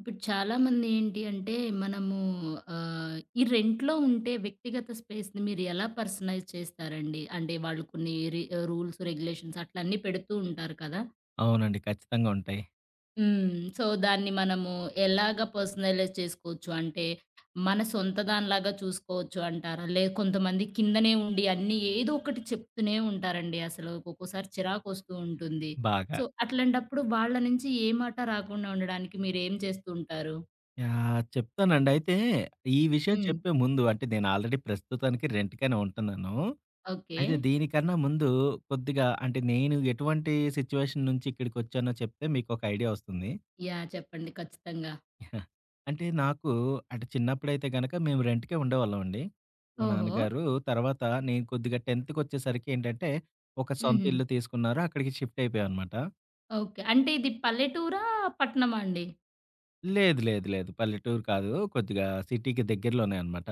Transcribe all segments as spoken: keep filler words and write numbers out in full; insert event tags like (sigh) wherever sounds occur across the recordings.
ఇప్పుడు చాలామంది ఏంటి అంటే మనము ఆహ్, ఈ రెంట్‌లో ఉంటే వ్యక్తిగత స్పేస్‌ని మీరు ఎలా పర్సనైజ్ చేస్తారండి? అంటే వాళ్ళు కొన్ని రి రూల్స్, రెగ్యులేషన్స్ అట్లా అన్నీ పెడుతూ ఉంటారు కదా! అవునండి, ఖచ్చితంగా ఉంటాయి. హ్మ్. సో, దాన్ని మనము ఎలాగ పర్సనలైజ్ చేసుకోవచ్చు? అంటే మన సొంత దానిలాగా చూసుకోవచ్చు అంటారా? లే కొంతమంది కిందనే ఉండి అన్నీ ఏదో ఒకటి చెప్తూనే ఉంటారండి అసలు. ఒక్కొక్కసారి చిరాకొస్తూ ఉంటుంది. బాగా. సో, అట్లాంటప్పుడు వాళ్ళ నుంచి ఏ మాట రాకుండా ఉండడానికి మీరేం చేస్తూ ఉంటారు? యాహ్! చెప్తానండి. అయితే ఈ విషయం హ్మ్. చెప్పే ముందు అంటే నేను ఆల్రెడీ ప్రస్తుతానికి రెంట్‌కనే ఉంటున్నాను. ఓకే. అయితే దీనికన్నా ముందు కొద్దిగా అంటే నేను ఎటువంటి సిట్యుయేషన్ నుంచి ఇక్కడికొచ్చానో చెప్తే మీకొక ఐడియా వస్తుంది. యాహ్! చెప్పండి ఖచ్చితంగా. యా, అంటే నాకు అంటే చిన్నప్పుడైతే గనక మేము రెంట్‌కే ఉండేవాళ్ళమండి. మా ఓహో! నాన్నగారు తర్వాత నేను కొద్దిగా 10థ్‌కొచ్చేసరికి ఏంటంటే ఒక సొంత హుహు. ఇల్లు తీసుకున్నారు. అక్కడికి షిఫ్ట్ అయిపోయామనమాట. ఓకే. అంటే ఇది పల్లెటూరా? పట్టణమా అండి? లేదు లేదు లేదు, పల్లెటూరు కాదు. కొద్దిగా సిటీకి దగ్గరలోనే అనమాట.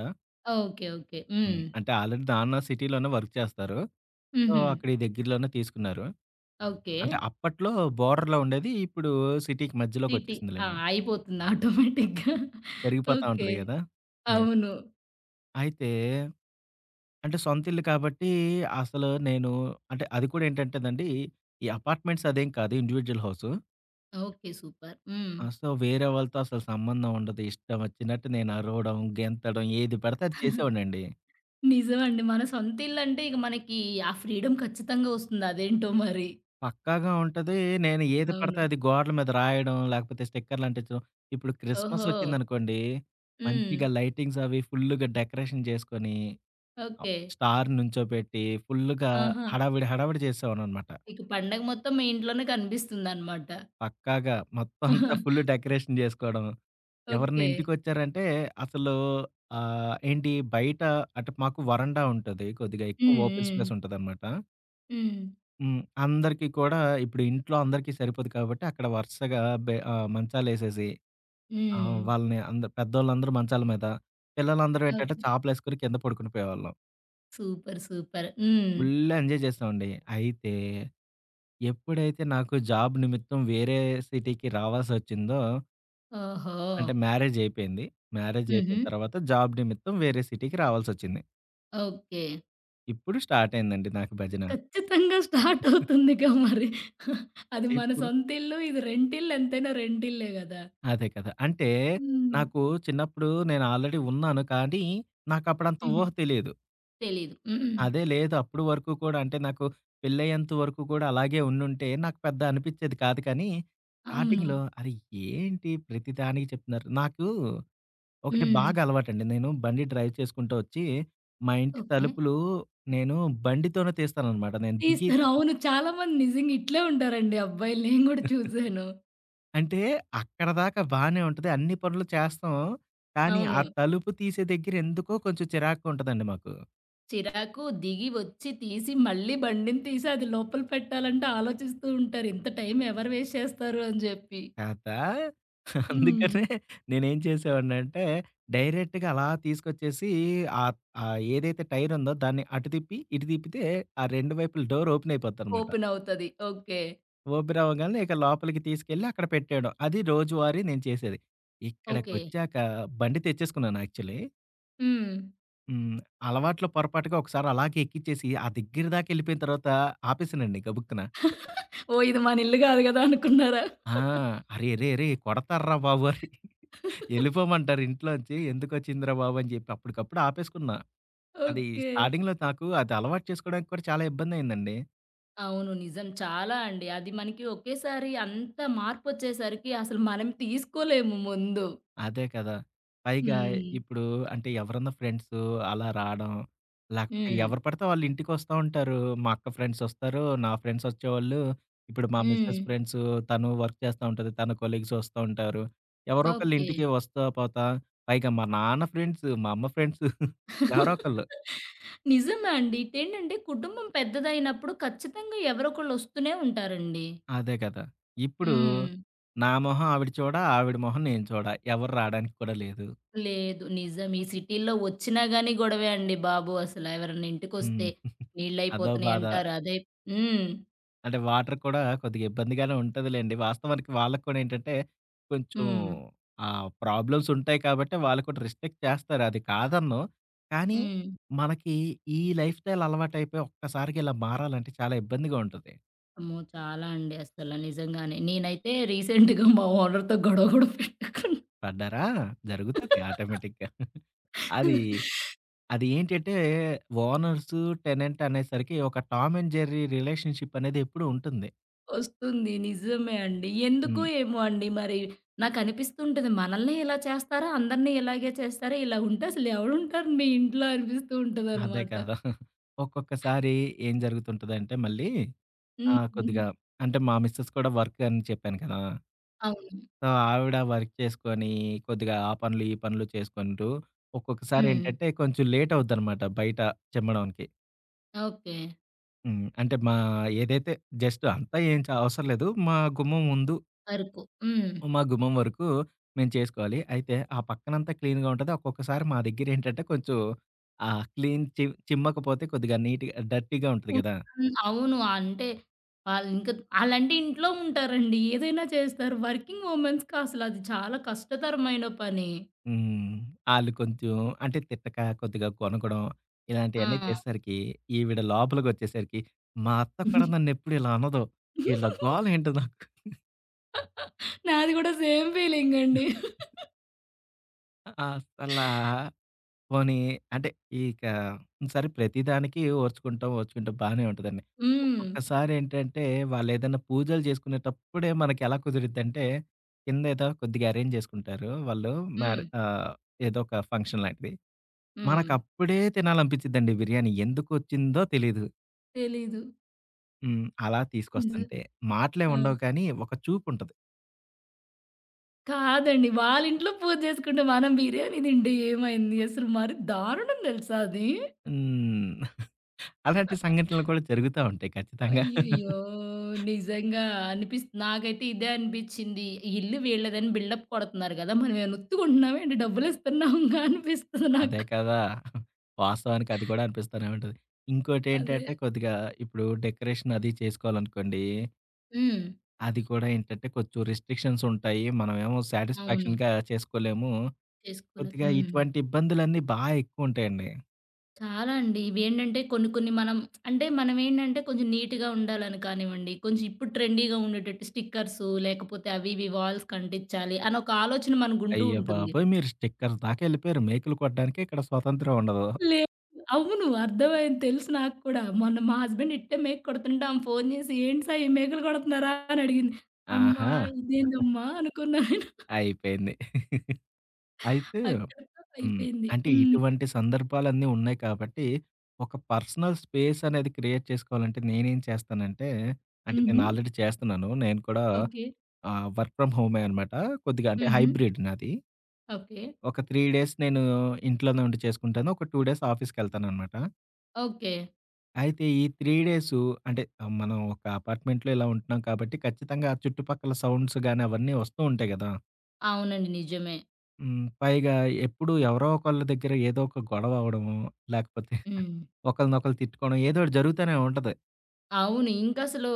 ఓకే. ఓకే. హ్మ్. హ్మ్. అంటే ఆల్రెడీ నాన్న సిటీలోనే వర్క్ చేస్తారు. సో, హుహు. అక్కడ ఈ దగ్గరలోనే తీసుకున్నారు. ఓకే. అంటే అప్పట్లో బోర్డర్‌లో ఉండేది. ఇప్పుడు సిటీకి సిటీ. ఆ! మధ్యలోకొచ్చేసిందిలెండి. అయిపోతుంది ఆటోమేటిక్‌గా. పెరిగిపోతా ఓకే. ఉంటది గదా! యాహ్! అవును. అయితే అంటే సొంత ఇల్లు కాబట్టి అసలు నేను అంటే అది కూడా ఏంటంటేనండి, ఈ అపార్ట్మెంట్స్ అదేం కాదు, ఇండివిడ్యువల్ హౌసు. ఓకే. సూపర్. హ్మ్. ఆ! సో, వేరే వాళ్ళతో అసలు సంబంధం ఉండదు. ఇష్టం వచ్చినట్టు నేను అరవడం, గెంతడం, ఏది పడితే అది చేసేవాడినండి. నిజమండి. మన సొంత ఇల్లంటే ఇక మనకి ఆ ఫ్రీడమ్ ఖచ్చితంగా వస్తుంది. అదేంటో మరి. పక్కాగా ఉంటది. నేను ఏది పడితే అవును. అది గోడల మీద రాయడం, లేకపోతే స్టిక్కర్‌లు అంటించడం. ఇప్పుడు క్రిస్మస్ ఓహో! ఒచ్చిందనుకోండి, హ్మ్. మంచిగా లైటింగ్స్ అవి ఫుల్లుగా డెకరేషన్ చేసుకొని, ఆహ్, ఓకే. స్టార్ నుంచోబెట్టి, ఫుల్లుగా ఆహా! హడావిడి, హడావిడి చేసేవాడిననమాట. ఇక పండగ మొత్తం మీ ఇంట్లోనే కనిపిస్తుందనమాట. పక్కాగా మొత్తం అంతా ఫుల్ డెకరేషన్ జేసుకోవడం. ఎవరన్నా ఓకే. ఇంటికొచ్చారంటే అసలు ఆహ్, ఏంటి బయట అంటే మాకు వరండా ఉంటది. కొద్దిగా ఎక్కువ హ్మ్. ఓపెన్ హ్మ్. స్పేస్ ఉంటదనమాట. హ్మ్. హ్మ్. అందరికీ కూడా ఇప్పుడు ఇంట్లో అందరికీ సరిపోదు కాబట్టి అక్కడ వరుసగా బె ఆహ్, మంచాలేసేసి, హ్మ్. ఆహ్, వాళ్ళని అందరు పెద్దోళ్ళందరూ మంచాల మీద, పిల్లలందరూ ఏంటంటే ఓకే. చాపలేసుకొని కింద పడుకుని పోయేవాళ్ళం. సూపర్. సూపర్. హ్మ్. ఫుల్ ఎంజాయ్ చేసామండి. అయితే ఎప్పుడైతే నాకు జాబ్ నిమిత్తం వేరే సిటీకి రావాల్సొచ్చిందో ఓహో! అంటే మ్యారేజ్ అయిపోయింది. మ్యారేజ్ హుహు. అయిపోయిన తర్వాత జాబ్ నిమిత్తం వేరే సిటీకి రావాల్సొచ్చింది. ఓకే. ఇప్పుడు స్టార్ట్ అయిందండి నాకు భజన. ఖచ్చితంగా స్టార్ట్ అవుతుందిగా మరి. అది మన ఇప్పుడు సొంతిల్లు. ఇది రెంటిల్లు ఎంతైనా రెంటిల్లే గదా! అదే కదా! అంటే హ్మ్. నాకు చిన్నప్పుడు నేను ఆల్రెడీ ఉన్నాను, కానీ నాకప్పుడంత హుహు. ఊహ తెలీదు. తెలీదు. హ్మ్. అదే లేదు, అప్పుడు వరకు కూడా అంటే నాకు పెళ్లయ్యేంత వరకు కూడా అలాగే ఉండుంటే నాకు పెద్ద అనిపిచ్చేది కాదు, కానీ అవును. స్టార్టింగ్‌లో అరే! ఏంటి ప్రతిదానికి చెప్తున్నారు. నాకు ఒకటి హ్మ్. బాగా అలవాటండి. నేను బండి డ్రైవ్ చేసుకుంటూ వచ్చి మా ఇంటి ఓకే. తలుపులు నేను బండితోనే తీస్తాననమాట. నేను దిగి తీస్తారు. అవును. చాలా మంది నిజంగా ఇట్లే ఉంటారండి అబ్బాయిలు. నేను గూడా చూసాను. అంటే అక్కడిదాకా బానే ఉంటది. అన్ని పనులు చేస్తాం. కానీ, ఆ అవును. తలుపు తీసే దగ్గర ఎందుకో కొంచెం చిరాకుగా ఉంటదండి మాకు. చిరాకు దిగి వచ్చి తీసి మళ్ళీ బండిని తీసి అది లోపల పెట్టాలంటే ఆలోచిస్తూ ఉంటారు. ఇంత టైం ఎవరు వేస్ట్ చేస్తారు అని జెప్పి. కదా! హ్మ్. అందుకనే నేనేం చేసేవాడినంటే, డైరెక్ట్‌గా అలా తీసుకొచ్చేసి ఆహ్, ఆహ్, ఏదైతే టైర్ ఉందో దాన్ని అటు తిప్పి, ఇటు తిప్పితే ఆ రెండు వైపుల డోర్ ఓపెన్ అయిపోద్దనమాట. ఓపెన్ అవుతది. ఓకే. ఓపెన్ అవ్వగానే ఇక లోపలికి తీసుకెళ్ళి అక్కడ పెట్టేయడం. అది రోజువారీ నేను చేసేది. ఓకే. ఇక్కడికొచ్చాక బండి తెచ్చేసుకున్నాను యాక్చువల్లీ. హ్మ్. హ్మ్. అలవాట్లో పొరపాటుగా ఒకసారి అలాగే ఎక్కిచ్చేసి, ఆ దగ్గర దాకా ఎళ్ళిపోయిన తర్వాత ఆపేసానండి గబుక్కున. ఓహ్! ఇది మన ఇల్లు గాదు గదా! అనుకున్నారా? ఆ! "అరే! అరే! అరే! కొడతార్రా బాబు" అని ఎళ్ళిపోమంటారు ఇంట్లోంచి. "ఎందుకొచ్చిందిరా బాబు" అని చెప్పి అప్పటికప్పుడు ఆపేసుకున్నా. అది ఓకే. స్టార్టింగ్‌లో నాకు అది అలవాటు చేసుకోవడానికి కూడా చాలా ఇబ్బందయిందండి. అవును. నిజం. చాలా అండి. అది మనకి ఒకేసారి అంత మార్పొచ్చేసరికి అసలు మనం తీసుకోలేము ముందు. అదే కదా! పైగా హ్మ్. ఇప్పుడు అంటే ఎవరన్నా ఫ్రెండ్సు అలా రాడం, లేకపోతే హ్మ్. ఎవరు పడితే వాళ్ళు ఇంటికొస్తా ఉంటారు. మా అక్క ఫ్రెండ్సొస్తారు, నా ఫ్రెండ్సొచ్చేవాళ్ళు. ఇప్పుడు మా హ్మ్. మిసెస్ ఫ్రెండ్సు, తను వర్క్ చేస్తా ఉంటది. తన కొలీగ్స్ వస్తా ఉంటారు. ఎవరో ఒకళ్ళు ఓకే. ఇంటికి వస్తా, పోతా. పైగా మా నాన్న ఫ్రెండ్సు, మా అమ్మ ఫ్రెండ్సు, ఎవరో ఒకళ్ళు. నిజమే అండి. ఇటేంటంటే కుటుంబం పెద్దదయినప్పుడు ఖచ్చితంగా ఎవరోకళ్ళు ఒస్తూనే ఉంటారండి. అదే కదా! ఇప్పుడు హ్మ్. నా మొహం ఆవిడ చూడ, ఆవిడ మొహం నేను చూడ. ఎవరు రాడానికి కూడా లేదు. లేదు. నిజం. ఈ సిటీ‌లో ఒచ్చినా గాని గొడవే అండి బాబు అసల. ఎవరన్నా ఇంటికొస్తే హ్మ్. అదో బాధ. నీళ్ళయిపోతున్నాయంటారు. అదై హ్మ్. అంటే వాటర్ కూడా కొద్దిగా ఇబ్బందిగానే ఉంటదిలెండి. వాస్తవానికి వాళ్ళకి కూడా ఏంటంటే, కొంచెం హ్మ్. ఆహ్, ప్రాబ్లమ్స్ ఉంటాయి కాబట్టి వాళ్ళు కూడా రిస్ట్రిక్ట్ చేస్తారు. అది కాదనను. కానీ, హ్మ్. మనకి ఈ లైఫ్ స్టైల్ అలవాటయిపోయి ఒక్కసారిగా ఇలా మారాలంటే చాలా ఇబ్బందిగా ఉంటది. అమ్మో! చాలా అండి అసల నిజంగానే. నేనైతే రీసెంట్‌గా మా ఓనర్‌తో గొడవ గూడా పడ్డారా? జరుగుతది పెట్టుకున్నా. ఆటోమేటిక్‌గా. అది అది ఏంటంటే, ఓనర్స్, టెనెంట్ అనేసరికి ఒక టామ్ అండ్ జెర్రీ రిలేషన్‌షిప్ అనేది ఎప్పుడూ ఉంటుంది. వస్తుంది. నిజమే అండి. ఎందుకో హ్మ్. ఏమో అండి మరి నాకనిపిస్తుంటది. మనల్ని ఇలా చేస్తారా? అందరిని ఇలాగే చేస్తారా? ఇలా ఉంటే అసలు ఎవడుంటారు మీ ఇంట్లో అనిపిస్తూ అదే ఉంటదనమాట. కదా! ఒక్కొక్కసారి ఏం జరుగుతుంటదంటే మళ్ళీ ఆ! హ్మ్. కొద్దిగా అంటే మా మిసెస్ కూడా వర్క్ అని చెప్పాను కదా! అవును. సో, ఆవిడ వర్క్ చేసుకొని కొద్దిగా ఆ పనులు, ఈ పనులు చేసుకుంటూ ఒక్కొక్కసారి హ్మ్. ఏంటంటే కొంచెం లేట్ అవుద్దనమాట బయట చిమ్మడానికి. ఓకే. హ్మ్. అంటే మా ఏదైతే జస్ట్ అంతా ఏం చ అవసరం లేదు. మా గుమ్మం ముందు, అరకు. హ్మ్. మా గుమ్మం వరకు మేము చేసుకోవాలి. అయితే ఆ పక్కనంతా క్లీన్‌గా ఉంటది. ఒక్కొక్కసారి మా దగ్గర ఏంటంటే కొంచెం ఆహ్, క్లీన్ చి చిమ్మకపోతే కొద్దిగా నీట్‌గా డర్టీగా ఉంటది ఉన్ కదా! హ్మ్. అవును. అంటే ఆళ్ళింక ఆళ్ళంటే ఇంట్లో ఉంటారండి. ఏదైనా చేస్తారు. వర్కింగ్ ఉమెన్స్‌కి అసలు అది చాలా కష్టతరమైన పని. హ్మ్. ఆళ్ళు కొంచెం అంటే తిట్టక, కొద్దిగా గొనగడం ఇలాంటియన్నీ ఆ! చేసేసరికి, ఈవిడ లోపలికొచ్చేసరికి, మా అత్త కూడా నన్నెప్పుడు ఇలా అనదు. ఈళ్ళ (laughs) గోలేంటో నాకు నాది గూడా సేమ్ ఫీలింగండి. అసలా పోనీ అంటే ఇక సరే, ప్రతిదానికి ఓర్చుకుంటాం, ఓర్చుకుంటాం, బానే ఉంటదండి. హ్మ్. ఒక్కొక్కసారేంటంటే, వాళ్ళేదైనా పూజలు చేసుకునేటప్పుడే మనకెలా కుదిరిద్దంటే, కిందేదో కొద్దిగా అరేంజ్ చేసుకుంటారు వాళ్ళు. మ్యారే హ్మ్. ఆహ్, ఏదో ఒక ఫంక్షన్ లాంటిది. హ్మ్. మనకప్పుడే తినాలనిపించిద్దండి బిర్యానీ. ఎందుకొచ్చిందో తెలీదు. తెలీదు. హ్మ్. అలా హ్మ్. తీసుకొస్తుంటే మాటలే ఆ! ఉండవు, కానీ ఒక చూపుంటది. కాదండి. వాళ్ళింట్లో పూజ చేసుకుంటే మనం బిర్యానీ తింటే ఏమైంది? అసలు మరి దారుణం తెలుసా అది? హ్మ్. అలాంటి సంఘటనలు కూడా జరుగుతా ఉంటాయి ఖచ్చితంగా. అయ్యయ్యో! నిజంగా అనిపిస్ నాకైతే ఇదే అనిపిచ్చింది. ఇల్లు వీళ్ళదని బిల్డప్ కొడుతున్నారు గదా! మనమేమైనా ఒత్తుకుంటున్నామా ఏంటి? డబ్బులిస్తున్నాంగా అనిపిస్తది అదే నాకు. కదా! వాస్తవానికి అది కూడా అనిపిస్తానే ఉంటది. అదే. ఇంకోటేంటంటే కొద్దిగా ఇప్పుడు డెకరేషన్ అది చేసుకోవాలనుకోండి. హ్మ్. అది కూడా ఏంటంటే కొంచెం రిస్ట్రిక్షన్స్ ఉంటాయి. మనమేమో అవును. సాటిస్ఫాక్షన్‌గా చేసుకోలేము. చేసుకోలేదు. కొద్దిగా హ్మ్. ఇటువంటి ఇబ్బందులన్నీ బా ఎక్కువుంటాయండి. చాలా అండి. ఇవేంటంటే కొన్ని కొన్ని మనం అంటే మనమేంటంటే కొంచెం నీట్‌గా ఉండాలని కానివ్వండి, కొంచెం ఇప్పుడు ట్రెండీగా ఉండేటట్టు స్టిక్కర్సు లేకపోతే అవి ఇవి వాల్స్‌కి అంటించాలి అని ఒక ఆలోచన మనకుంటూ అయ్య ఉంటుంది. బాబోయ్! మీరు స్టిక్కర్ దాకా ఎళ్ళిపోయారు. మేకులు కొట్టడానికే ఇక్కడ స్వతంత్రం ఉండదు. లేదు. అవును. అర్థమైంది తెలుసు నాకు కూడా. మొన్న మా హస్బెండ్ ఇట్టే మేకు కొడుతుంటే ఆమె ఫోను చేసి, "ఏంటి సాయి మేకులు కొడుతున్నారా?" అని అడిగింది. అమ్మా! ఆహా! ఇదేందమ్మా అనుకున్నా నేను. అయిపోయింది. అయితే అక్కడితో హ్మ్. అయిపోయింది. అంటే హ్మ్. ఇటువంటి సందర్భాలన్నీ ఉన్నాయి కాబట్టి, ఒక పర్సనల్ స్పేస్ అనేది క్రియేట్ చేసుకోవాలంటే నేనేం చేస్తానంటే, అంటే హుహు. నేను ఆల్రెడీ చేస్తున్నాను. నేను కూడా ఓకే. ఆహ్, వర్క్ ఫ్రమ్ హోమే అనమాట. కొద్దిగా అంటే హుహు. హైబ్రిడ్ నాది. ఓకే. ఒక మూడు డేస్ నేను ఇంట్లోనే ఉండి చేసుకుంటాను. ఒక రెండు డేస్ ఆఫీస్‌కెళ్తాననమాట. ఓకే. అయితే ఈ మూడు డేసు అంటే ఆహ్, మనం ఒక అపార్ట్‌మెంట్‌లో ఇలా ఉంటున్నాం కాబట్టి ఖచ్చితంగా ఆ చుట్టుపక్కల సౌండ్స్ గాని అవన్నీ వస్తూ ఉంటాయి గదా! అవునండి. నిజమే. హ్మ్. పైగా ఎప్పుడు ఎవరో ఒకళ్ళ దగ్గర ఏదో ఒక గొడవ అవ్వడము, లేకపోతే హ్మ్. ఒకళ్ళనొకళ్ళు తిట్టుకోవడం ఏదో ఒకటి జరుగుతూనే ఉంటది. అవును. ఇంకసలు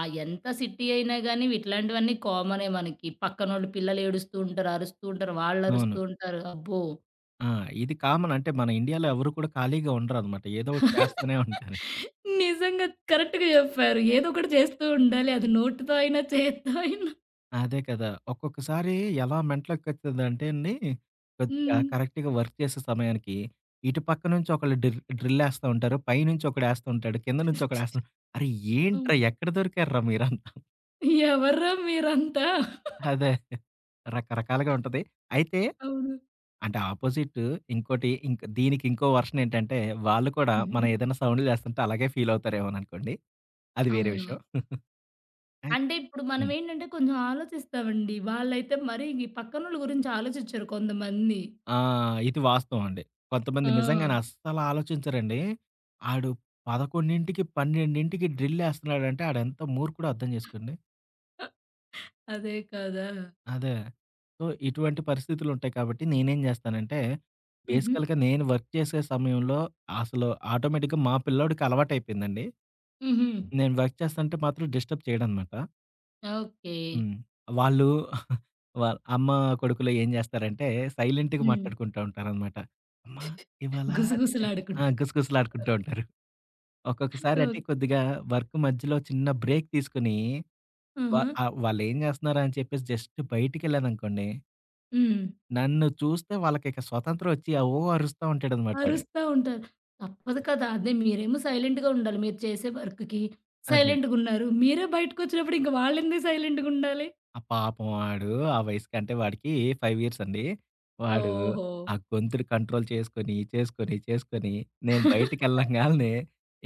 ఆహ్, ఎంత సిటీ అయినా గాని ఇట్లాంటివన్నీ కామనే మనకి. పక్కనోళ్ళు పిల్లలు ఏడుస్తూ ఉంటారు, అరుస్తూ ఉంటారు, అవును. వాళ్ళరుస్తూ ఉంటారు. అబ్బో! ఆ! ఇది కామన్. అంటే మన ఇండియాలో ఎవరు కూడా ఖాళీగా ఉండరనమాట. ఏదో ఒకటి చేస్తూనే (laughs) ఉంటారు. నిజంగా కరెక్ట్‌గా చెప్పారు. ఏదో ఒకటి చేస్తూ ఉండాలి. అది నోటితో అయినా, చేత్తో అయినా. అదే కదా! ఒక్కొక్కసారి ఎలా మెంటలోకొచ్చేదంటే అండి, కొద్దిగా హ్మ్. కరెక్ట్‌గా వర్క్ చేసే సమయానికి, ఇటు పక్క నుంచి ఒకళ్ళు డ్రిల్ డ్రిల్లేస్తా ఉంటారు. పైనుంచి ఒకడేస్తూ ఉంటాడు. కింద నుంచి ఒకడేస్తా అరే! అవును. ఏంట్రా ఎక్కడ దొరికారురా మీరంతా? ఎవర్రా మీరంతా? (laughs) అదే రకరకాలుగా ఉంటది. అయితే అవును. అంటే ఆపోజిట్ ఇంకోటి ఇంక్ దీనికి ఇంకో వెర్షన్ ఏంటంటే, వాళ్ళు కూడా మనం హ్మ్. ఏదైనా సౌండ్‌లు చేస్తుంటే అలాగే ఫీల్ అవుతారేమోననుకోండి. అది వేరే అవును. విషయం. అయి అంటే ఇప్పుడు హ్మ్. మనమేంటంటే కొంచెం ఆలోచిస్తామండి. వాళ్ళైతే మరి ఈ పక్కనోళ్ళ గురించి ఆలోచించరు కొంతమంది. ఆ! ఇది వాస్తవం అండి. కొంతమంది ఆ! నిజంగానే అస్సలు ఆలోచించరండి. ఆడు పదకొండుకి, పన్నెండుకి డ్రిల్లేస్తున్నాడంటే ఆడెంత మూర్ఖుడో అర్థం చేసుకోండి. అదే కదా! అదే. సో, ఇటువంటి పరిస్థితులుంటాయి కాబట్టి నేనేం జేస్తానంటే, హుహు. బేసికల్‌గా నేను వర్క్ చేసే సమయంలో అసలు ఆటోమేటిక్‌గా మా పిల్లోడికి అలవాటయిపోయిందండి. హుహు. నేను వర్క్ చేస్తంటే మాత్రం డిస్టర్బ్ చేయడనమాట. ఓకే. హ్మ్. వాళ్ళు (laughs) వాళ్ళ అమ్మ, కొడుకులు ఏం జేస్తారంటే సైలెంట్‌గా హ్మ్. మాట్లాడుకుంటా ఉంటారనమాట. అమ్మా! ఇవాళ అది చేద్దాం ఆ! గుసగుసలాడుకుంటా. గుసగుసలాడుకుంటూ ఉంటారు. ఒక్కొక్కసారి ఓకే. అంటే కొద్దిగా వర్క్ మధ్యలో చిన్న బ్రేక్ తీసుకొని వా ఆహా! ఆహ్, వాళ్ళేం జేస్తున్నారా అని చెప్పేసి జస్ట్ బయటికెళ్ళాననుకోండి, హ్మ్. నన్ను చూస్తే వాళ్ళకిక స్వతంత్రం ఒచ్చి ఆ! ఓ అరుస్తా ఉంటాడనమాట ఆడు. అరుస్తా ఉంటారు. తప్పదు కదా! అదే మీరేమో సైలెంట్‌గా ఉండాలి. మీరు చేసే వర్క్‌కి అదే. సైలెంట్‌గున్నారు. మీరే బయటకొచ్చినప్పుడు ఇంక వాళ్ళెందుకు సైలెంట్‌గుండాలి? ఆ! పాపం వాడు ఆ వయసుకి అంటే వాడికి ఐదు ఇయర్స్ అండి. వాడు ఓకే. ఓహో! ఆ గొంతుని కంట్రోల్ చేసుకొని, చేసుకొని, చేసుకొని నేను బయటికెళ్ళంగాల్నే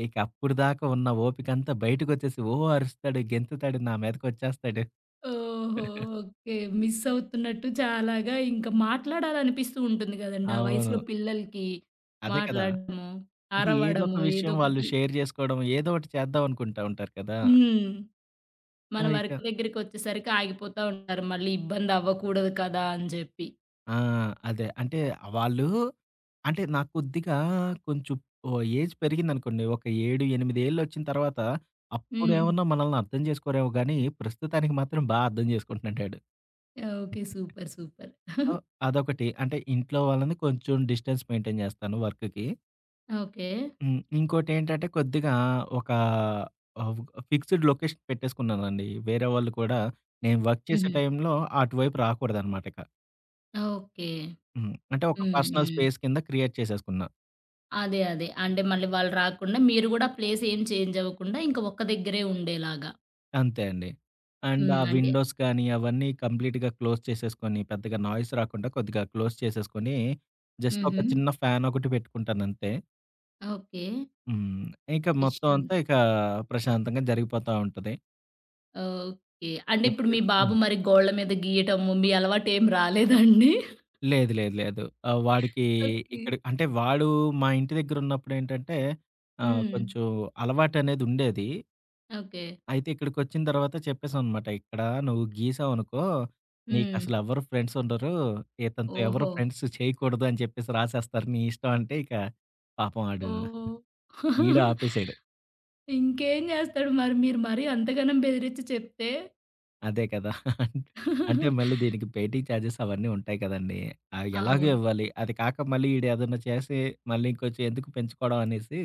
ఇక అప్పుడు దాకా ఉన్న ఓపికంతా బయటకొచ్చేసి ఓ అరుస్తాడు, గెంతుతాడు, నా మీదకొచ్చేస్తాడు. ఓహో! ఓకే. మిస్ అవుతున్నట్టు చాలాగా ఇంక మాట్లాడాలనిపిస్తూ ఉంటుంది గదండీ! ఆ అవును. వయసులో పిల్లలకి. అదే కదా! మాట్లాడడము, అంటే ఏదో ఒక అరవడము విషయం వాళ్ళు ఏదోకటి. షేర్ చేసుకోవడం, ఏదో ఒకటి చేద్దాం అనుకుంటా ఉంటారు కదా! హ్మ్. సో, మన ఇక వర్క్ దగ్గరికొచ్చేసరికి ఆగిపోతా ఉంటారు. మళ్ళీ ఇబ్బందవ్వకూడదు కదా! అని జెప్పి. ఆ! అదే. అంటే వాళ్ళు అంటే నాకు కొద్దిగా కొంచెం ఓహ్, ఏజ్ పెరిగిందనుకోండి. ఒక ఏడు, ఎనిమిది ఏళ్ళొచ్చిన తర్వాత హ్మ్. అప్పుడేమన్నా మనల్ని అర్థం చేసుకోరేమో గానీ, ప్రస్తుతానికి మాత్రం బా అర్థం చేసుకుంటున్నాడాడు. ఓకే. సూపర్. సూపర్. సో, అదొకటి. అంటే ఇంట్లో వాళ్ళని కొంచెం డిస్టెన్స్ మెయింటైన్ చేస్తాను వర్క్‌కి. ఓకే. హ్మ్. ఇంకోటేంటంటే కొద్దిగా ఒక ఆహ్, ఫిక్స్‌డ్ లొకేషన్ పెట్టేసుకున్నానండి. వేరే వాళ్ళు కూడా నేను వర్క్ చేసే హుహు. టైంలో అటువైపు రాకూడదనమాట ఇక. ఓకే. హ్మ్. అంటే ఒక హ్మ్. పర్సనల్ హ్మ్. స్పేస్ కింద క్రియేట్ చేసేసుకున్నా. అదే. అదే. అంటే మళ్ళీ వాళ్ళు రాకుండా మీరు గూడా ప్లేస్ ఏం చేంజ్ అవ్వకుండా ఇంక ఒక్క దగ్గరే ఉండేలాగా. అంతే అండి. అండ్ ఆ హ్మ్. అంటే విండోస్ కానీ అవన్నీ కంప్లీట్‌గా క్లోజ్ చేసేసుకొని, పెద్దగా నాయిస్ రాకుండా కొద్దిగా క్లోజ్ చేసేసుకొని, జస్ట్ ఒక హుహు. చిన్న ఫ్యాన్ ఒకటి పెట్టుకుంటానంతే. ఓకే. హ్మ్. ఇక మొత్తం అంతా విషాంతం. ఇక ప్రశాంతంగా జరిగిపోతా ఉంటది. ఓకే. అంటే ఇప్పుడు మీ ఎప్పుడైతే బాబు హ్మ్. మరి గోళ్ళ మీద గీయటము మీ అలవాటేం రాలేదా అండి? లేదు, లేదు, లేదు. ఆహ్, వాడికి ఓకే. ఇక్కడ అంటే వాడు మా ఇంటి దగ్గరున్నప్పుడేంటంటే ఆహ్, హ్మ్. కొంచెం అలవాటనేదుండేది. ఓకే. అయితే ఇక్కడికొచ్చిన తర్వాత చెప్పేసావనమాట. ఇక్కడ నువ్వు గీసావనుకో, హ్మ్. నీకసలు ఎవరు ఫ్రెండ్స్ ఉండరు. ఇతనితో ఎవరు ఓహో! ఫ్రెండ్స్ చేయకూడదు అని చెప్పేసి రాసేస్తారు. నీ ఇష్టం అంటే ఇక పాపం ఆడు ఓహ్! గీయడం (laughs) ఆపేసాడు. ఇంకేం జేస్తాడు మరి మీరు మరీ అంతగనం బెదిరించి చెప్తే? అదే కదా! అంటే మళ్ళీ దీనికి పెయింటింగ్ చార్జెస్ అవన్నీ ఉంటాయి కదండీ! అవి ఎలాగో అవును. ఇవ్వాలి. అది కాక మళ్ళీ ఈడేదన్నా చేసి మళ్ళీ ఇంకొంచెం ఎందుకు పెంచుకోవడం అనేసి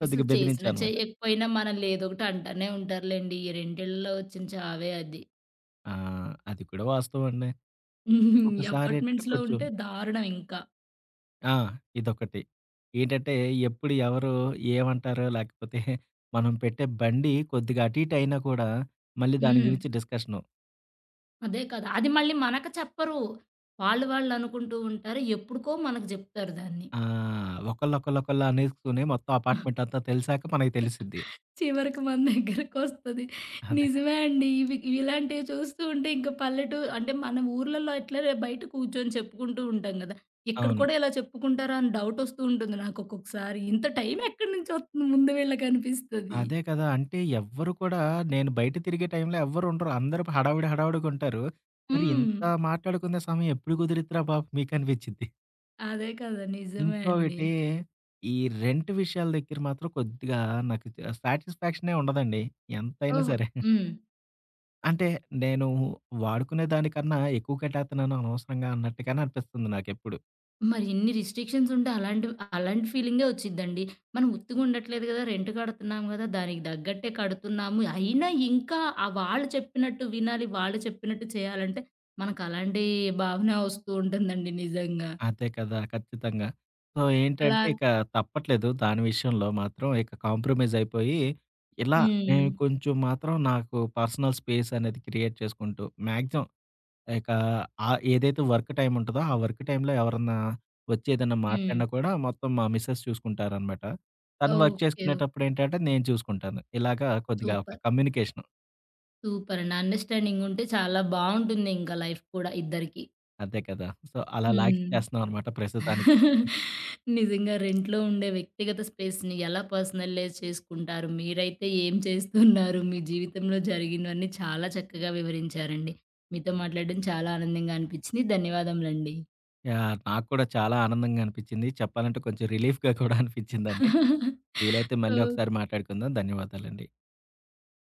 కొద్దిగా అసలు చేసినా బెదిరించానమాట. చేయకపోయినా మనల్ని ఏదో ఒకటి అంటానే ఉంటారులెండి. ఈ రెండేళ్లలో వచ్చిన చావే అది. ఆ! అది కూడా వాస్తవం అండి. హ్మ్. ఈ ఒక్కొక్కసారేంటంటే అపార్ట్మెంట్స్‌లో కొంచెం ఉంటే దారుణం ఇంకా. ఆ! ఇదొకటి. ఏంటంటే, ఎప్పుడు ఎవరు ఏమంటారో లేకపోతే మనం పెట్టే బండి కొద్దిగా అటు ఇటు అయినా కూడా మళ్ళీ దాని హ్మ్. గురించి డిస్కషను. అదే కదా! అది మళ్ళీ మనకు చెప్పరు. వాళ్ళు వాళ్ళు అనుకుంటూ ఉంటారు. ఎప్పుడుకో మనకు జెప్తారు దాన్ని. ఆ! ఒకళ్ళు ఒకళ్ళు ఒకళ్ళు అనేసుకుని మొత్తం అపార్ట్‌మెంట్ అంతా తెలిసాక మనకి తెలిసిద్ది. చివరికి మన దగ్గరకొస్తది. అదే. నిజమే అండి. ఇవి ఇలాంటివి చూస్తూ ఉంటే ఇంకా పల్లెటూ అంటే మన ఊర్లలో ఎట్లా రే- బయట కూర్చొని చెప్పుకుంటూ ఉంటాం గదా! ఇక్కడ అవును. కూడా ఇలా చెప్పుకుంటారా అని డౌటొస్తూ ఉంటుంది నాకు ఒక్కొక్కసారి. ఇంత టైం ఎక్కడి నుంచి వస్తుంది ముందు వీళ్ళకనిపిస్తది. అదే కదా! అంటే ఎవ్వరు కూడా నేను బయట తిరిగే టైంలో ఎవ్వరు ఉండరు. అందరూ హడావిడి హడావిడిగుంటారు. మరి హ్మ్. ఇంత మాట్లాడుకునే సమయం ఎప్పుడు కుదిరిద్దిరా బాబు మీకనిపిచ్చిద్ది. అదే కదా! నిజమే అండి. ఇంకొకటి ఈ రెంట్ విషయాల దగ్గర మాత్రం కొద్దిగా నాకు చ సాటిస్‌ఫాక్షనే ఉండదండి ఎంతైనా ఓహో! సరే. హ్మ్. అంటే నేను వాడుకునే దానికన్నా ఎక్కువ కట్టేత్తన్నాను అనవసరంగా అన్నట్టుగానే అనిపిస్తుంది నాకెప్పుడు. మరి ఇన్ని రిస్ట్రిక్షన్స్ ఉంటే అలాంటి అలాంటి ఫీలింగే వచ్చిద్దండి. మనం ఉత్తిగా ఉండట్లేదు గదా! రెంట్ కడుతున్నాం గదా! దానికి తగ్గట్టే కడుతున్నాము. అయినా ఇంకా ఆ వాళ్ళు చెప్పినట్టు వినాలి, వాళ్ళు చెప్పినట్టు చేయాలంటే మనకు అలాంటి భావన వస్తూ ఉంటుందండి నిజంగా. అదే కదా! ఖచ్చితంగా. సో, అలా ఏంటంటే ఇక తప్పట్లేదు దాని విషయంలో మాత్రం. ఇక కాంప్రమైజ్ అయిపోయి, ఇలా నేను హ్మ్. కొంచెం మాత్రం నాకు పర్సనల్ స్పేస్ అనేది క్రియేట్ చేసుకుంటూ, మాక్సిమం ఇక ఆహ్, ఏదైతే వర్క్ టైమ్ ఉంటదో, ఆ వర్క్ టైమ్‌లో ఎవరన్నా వచ్చి ఏదన్నా హ్మ్. మాట్లాడినా కూడా మొత్తం మా మిసెస్ చూసుకుంటారనమాట. ఓకే. తను వర్క్ ఓకే. చేసుకునేటప్పుడేంటంటే నేను చూసుకుంటాను. ఇలాగా కొద్దిగా ఒక సూపర్. కమ్యూనికేషన్. సూపర్ అండి. అండర్‌స్టాండింగ్ ఉంటే చాలా బావుంటుంది ఇంకా లైఫ్ కూడా ఇద్దరికీ. అంతే కదా! సో, అలా హ్మ్. లాగిచ్చేస్తున్నాం అనమాట ప్రస్తుతానికి. (laughs) నిజంగా రెంట్‌లో ఉండే వ్యక్తిగత స్పేస్‌ని ఎలా పర్సనలైజ్ చేసుకుంటారు? మీరైతే ఏం చేస్తున్నారు? మీ జీవితంలో జరిగినవన్నీ చాలా చక్కగా వివరించారండి. మీతో మాట్లాడడం చాలా ఆనందంగా అనిపించింది. ధన్యవాదములండి. యాహ్! నాకు కూడా చాలా ఆనందంగా అనిపిచ్చింది. చెప్పాలంటే కొంచెం రిలీఫ్‌గా కూడా అనిపిచ్చిందండి. (laughs) వీలైతే మళ్ళీ ఓహ్! ఒకసారి మాట్లాడుకుందాం. ధన్యవాదాలండి.